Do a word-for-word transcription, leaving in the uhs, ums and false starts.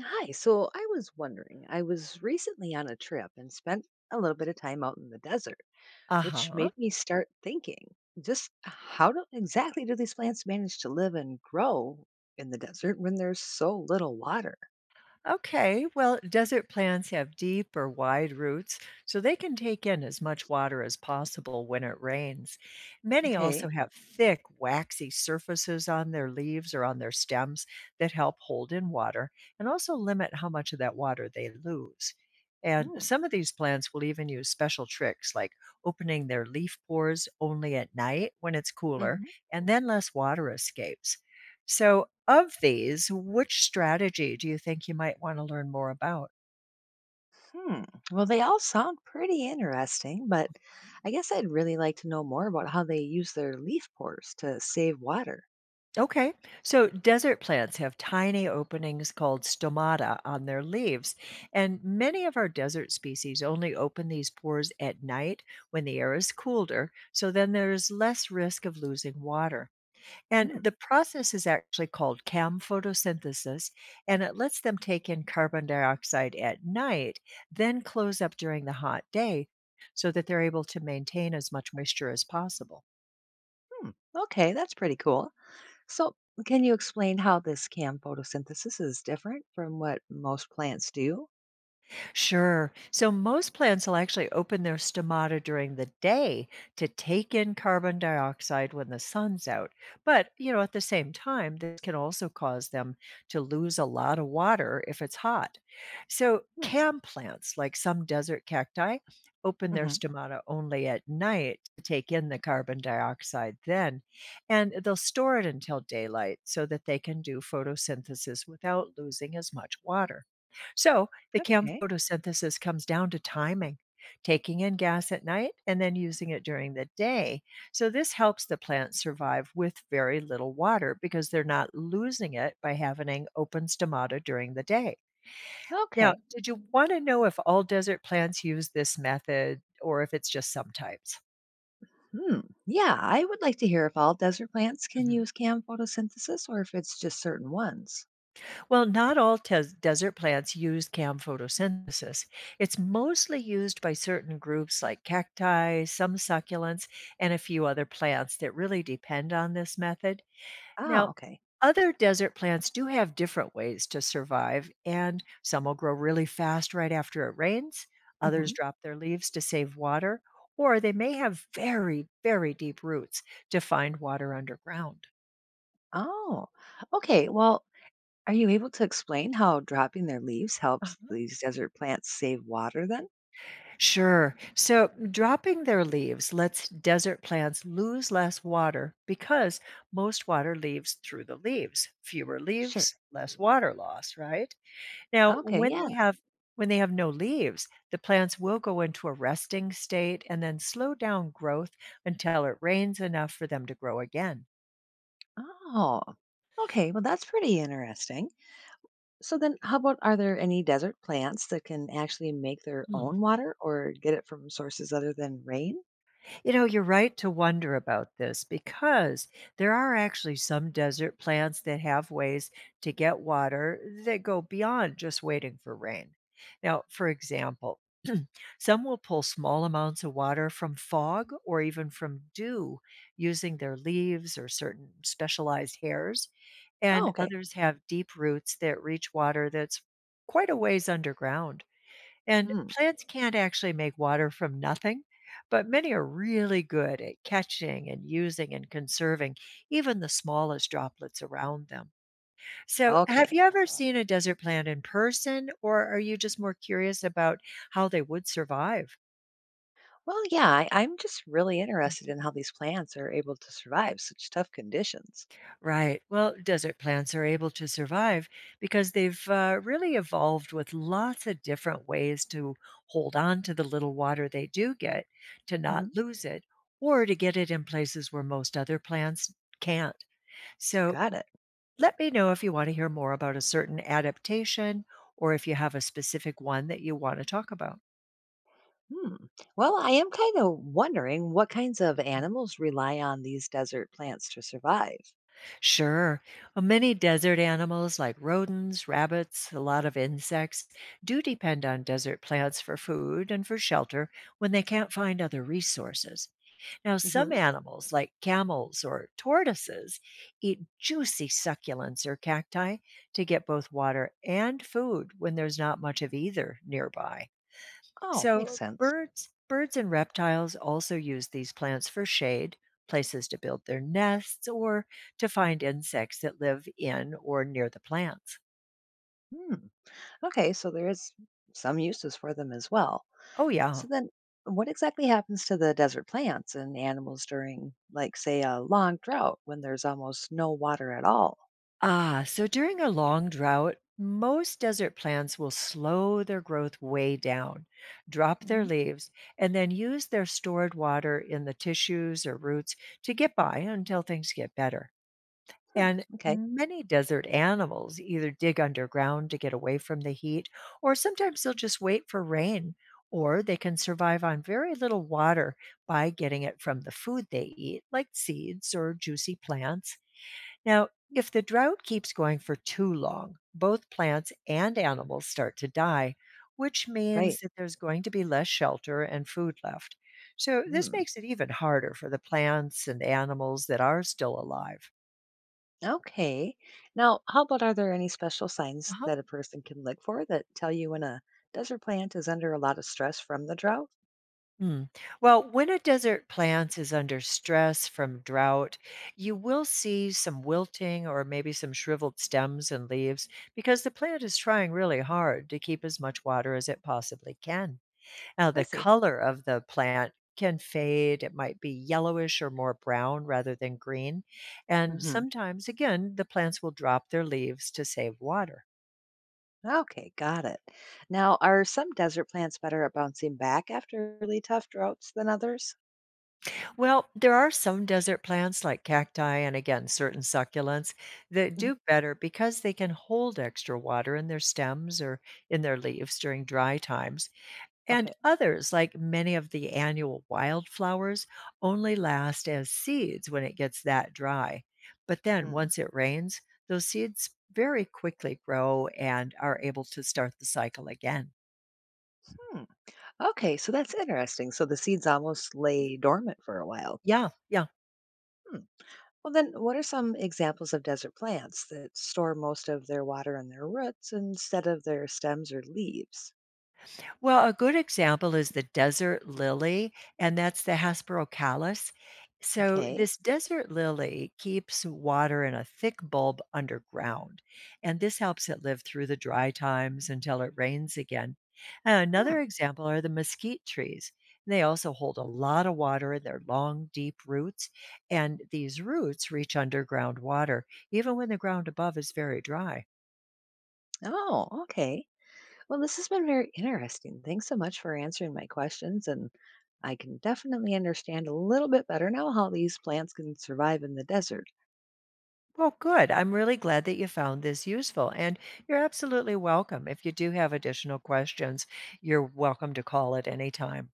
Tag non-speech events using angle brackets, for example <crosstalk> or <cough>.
Hi, so I was wondering, I was recently on a trip and spent a little bit of time out in the desert, which Uh-huh. made me start thinking just how do, exactly do these plants manage to live and grow in the desert when there's so little water? Okay. Well, desert plants have deep or wide roots, so they can take in as much water as possible when it rains. Many also Okay. have thick, waxy surfaces on their leaves or on their stems that help hold in water and also limit how much of that water they lose. And Hmm. some of these plants will even use special tricks like opening their leaf pores only at night when it's cooler, Hmm. and then less water escapes. So, of these, which strategy do you think you might want to learn more about? Hmm. Well, they all sound pretty interesting, but I guess I'd really like to know more about how they use their leaf pores to save water. Okay, so desert plants have tiny openings called stomata on their leaves, and many of our desert species only open these pores at night when the air is colder, so then there is less risk of losing water. And Hmm. the process is actually called CAM photosynthesis, and it lets them take in carbon dioxide at night, then close up during the hot day so that they're able to maintain as much moisture as possible. Hmm. Okay, that's pretty cool. So, can you explain how this CAM photosynthesis is different from what most plants do? Sure. So most plants will actually open their stomata during the day to take in carbon dioxide when the sun's out. But, you know, at the same time, this can also cause them to lose a lot of water if it's hot. So, Hmm. cam plants, like some desert cacti, open their Hmm. stomata only at night to take in the carbon dioxide then, and they'll store it until daylight so that they can do photosynthesis without losing as much water. So, the CAM Okay. photosynthesis comes down to timing, taking in gas at night and then using it during the day. So, this helps the plants survive with very little water because they're not losing it by having open stomata during the day. Now, Okay. did you want to know if all desert plants use this method or if it's just some types? Hmm. Yeah, I would like to hear if all desert plants can Mhm. use CAM photosynthesis or if it's just certain ones. Well, not all tes- desert plants use CAM photosynthesis. It's mostly used by certain groups like cacti, some succulents, and a few other plants that really depend on this method. Ah, Now, okay. other desert plants do have different ways to survive, and some will grow really fast right after it rains. Hmm. Others drop their leaves to save water, or they may have very, very deep roots to find water underground. Oh, okay. Well, are you able to explain how dropping their leaves helps these desert plants save water then? Sure. So, dropping their leaves lets desert plants lose less water because most water leaves through the leaves. Fewer Sure. leaves, less water loss, right? Now, Okay, when yeah. they have when they have no leaves, the plants will go into a resting state and then slow down growth until it rains enough for them to grow again. Oh, okay. Well, that's pretty interesting. So then how about, are there any desert plants that can actually make their Hmm. own water or get it from sources other than rain? You know, you're right to wonder about this because there are actually some desert plants that have ways to get water that go beyond just waiting for rain. Now, for example, <clears throat> some will pull small amounts of water from fog or even from dew using their leaves or certain specialized hairs, Oh, and okay. others have deep roots that reach water that's quite a ways underground. And Hmm. plants can't actually make water from nothing, but many are really good at catching and using and conserving even the smallest droplets around them. So, have Okay. you ever seen a desert plant in person, or are you just more curious about how they would survive? Well, yeah, I, I'm just really interested in how these plants are able to survive such tough conditions. Right. Well, desert plants are able to survive because they've uh, really evolved with lots of different ways to hold on to the little water they do get, to not Hmm. lose it, or to get it in places where most other plants can't. So Got it. let me know if you want to hear more about a certain adaptation or if you have a specific one that you want to talk about. Hmm. Well, I am kind of wondering what kinds of animals rely on these desert plants to survive. Sure. Uh, Many desert animals like rodents, rabbits, a lot of insects do depend on desert plants for food and for shelter when they can't find other resources. Now, some Hmm. animals like camels or tortoises eat juicy succulents or cacti to get both water and food when there's not much of either nearby. Oh, makes So sense. birds birds and reptiles also use these plants for shade, places to build their nests, or to find insects that live in or near the plants. Hmm. Okay, so there is some uses for them as well. Oh yeah. So then what exactly happens to the desert plants and animals during, like, say a long drought when there's almost no water at all? Ah, so during a long drought, most desert plants will slow their growth way down, drop their Mhm. leaves, and then use their stored water in the tissues or roots to get by until things get better. Hmm. And Okay, many desert animals either dig underground to get away from the heat, or sometimes they'll just wait for rain, or they can survive on very little water by getting it from the food they eat, like seeds or juicy plants. Now, if the drought keeps going for too long, both plants and animals start to die, which right. means that there's going to be less shelter and food left. So, this Hmm. makes it even harder for the plants and animals that are still alive. Okay. Now, how about, are there any special signs Uh-huh. that a person can look for that tell you when a desert plant is under a lot of stress from the drought? Mm. Well, when a desert plant is under stress from drought, you will see some wilting or maybe some shriveled stems and leaves because the plant is trying really hard to keep as much water as it possibly can. Now, I the see. color of the plant can fade. It might be yellowish or more brown rather than green. And Hmm. sometimes, again, the plants will drop their leaves to save water. Okay, got it. Now, are some desert plants better at bouncing back after really tough droughts than others? Well, there are some desert plants like cacti and again certain succulents that Mhm. do better because they can hold extra water in their stems or in their leaves during dry times. And Okay. others, like many of the annual wildflowers, only last as seeds when it gets that dry. But then Hmm. once it rains, those seeds very quickly grow and are able to start the cycle again. Okay, so that's interesting. So the seeds almost lay dormant for a while. Yeah, yeah. Hmm. Well, then, what are some examples of desert plants that store most of their water in their roots instead of their stems or leaves? Well, a good example is the desert lily, and that's the Hesperocallis. So, Okay. this desert lily keeps water in a thick bulb underground, and this helps it live through the dry times until it rains again. And Hmm. another example are the mesquite trees. They also hold a lot of water in their long, deep roots, and these roots reach underground water, even when the ground above is very dry. Oh, okay. Well, this has been very interesting. Thanks so much for answering my questions. And I can definitely understand a little bit better now how these plants can survive in the desert. Well, good. I'm really glad that you found this useful, and you're absolutely welcome. If you do have additional questions, you're welcome to call at any time.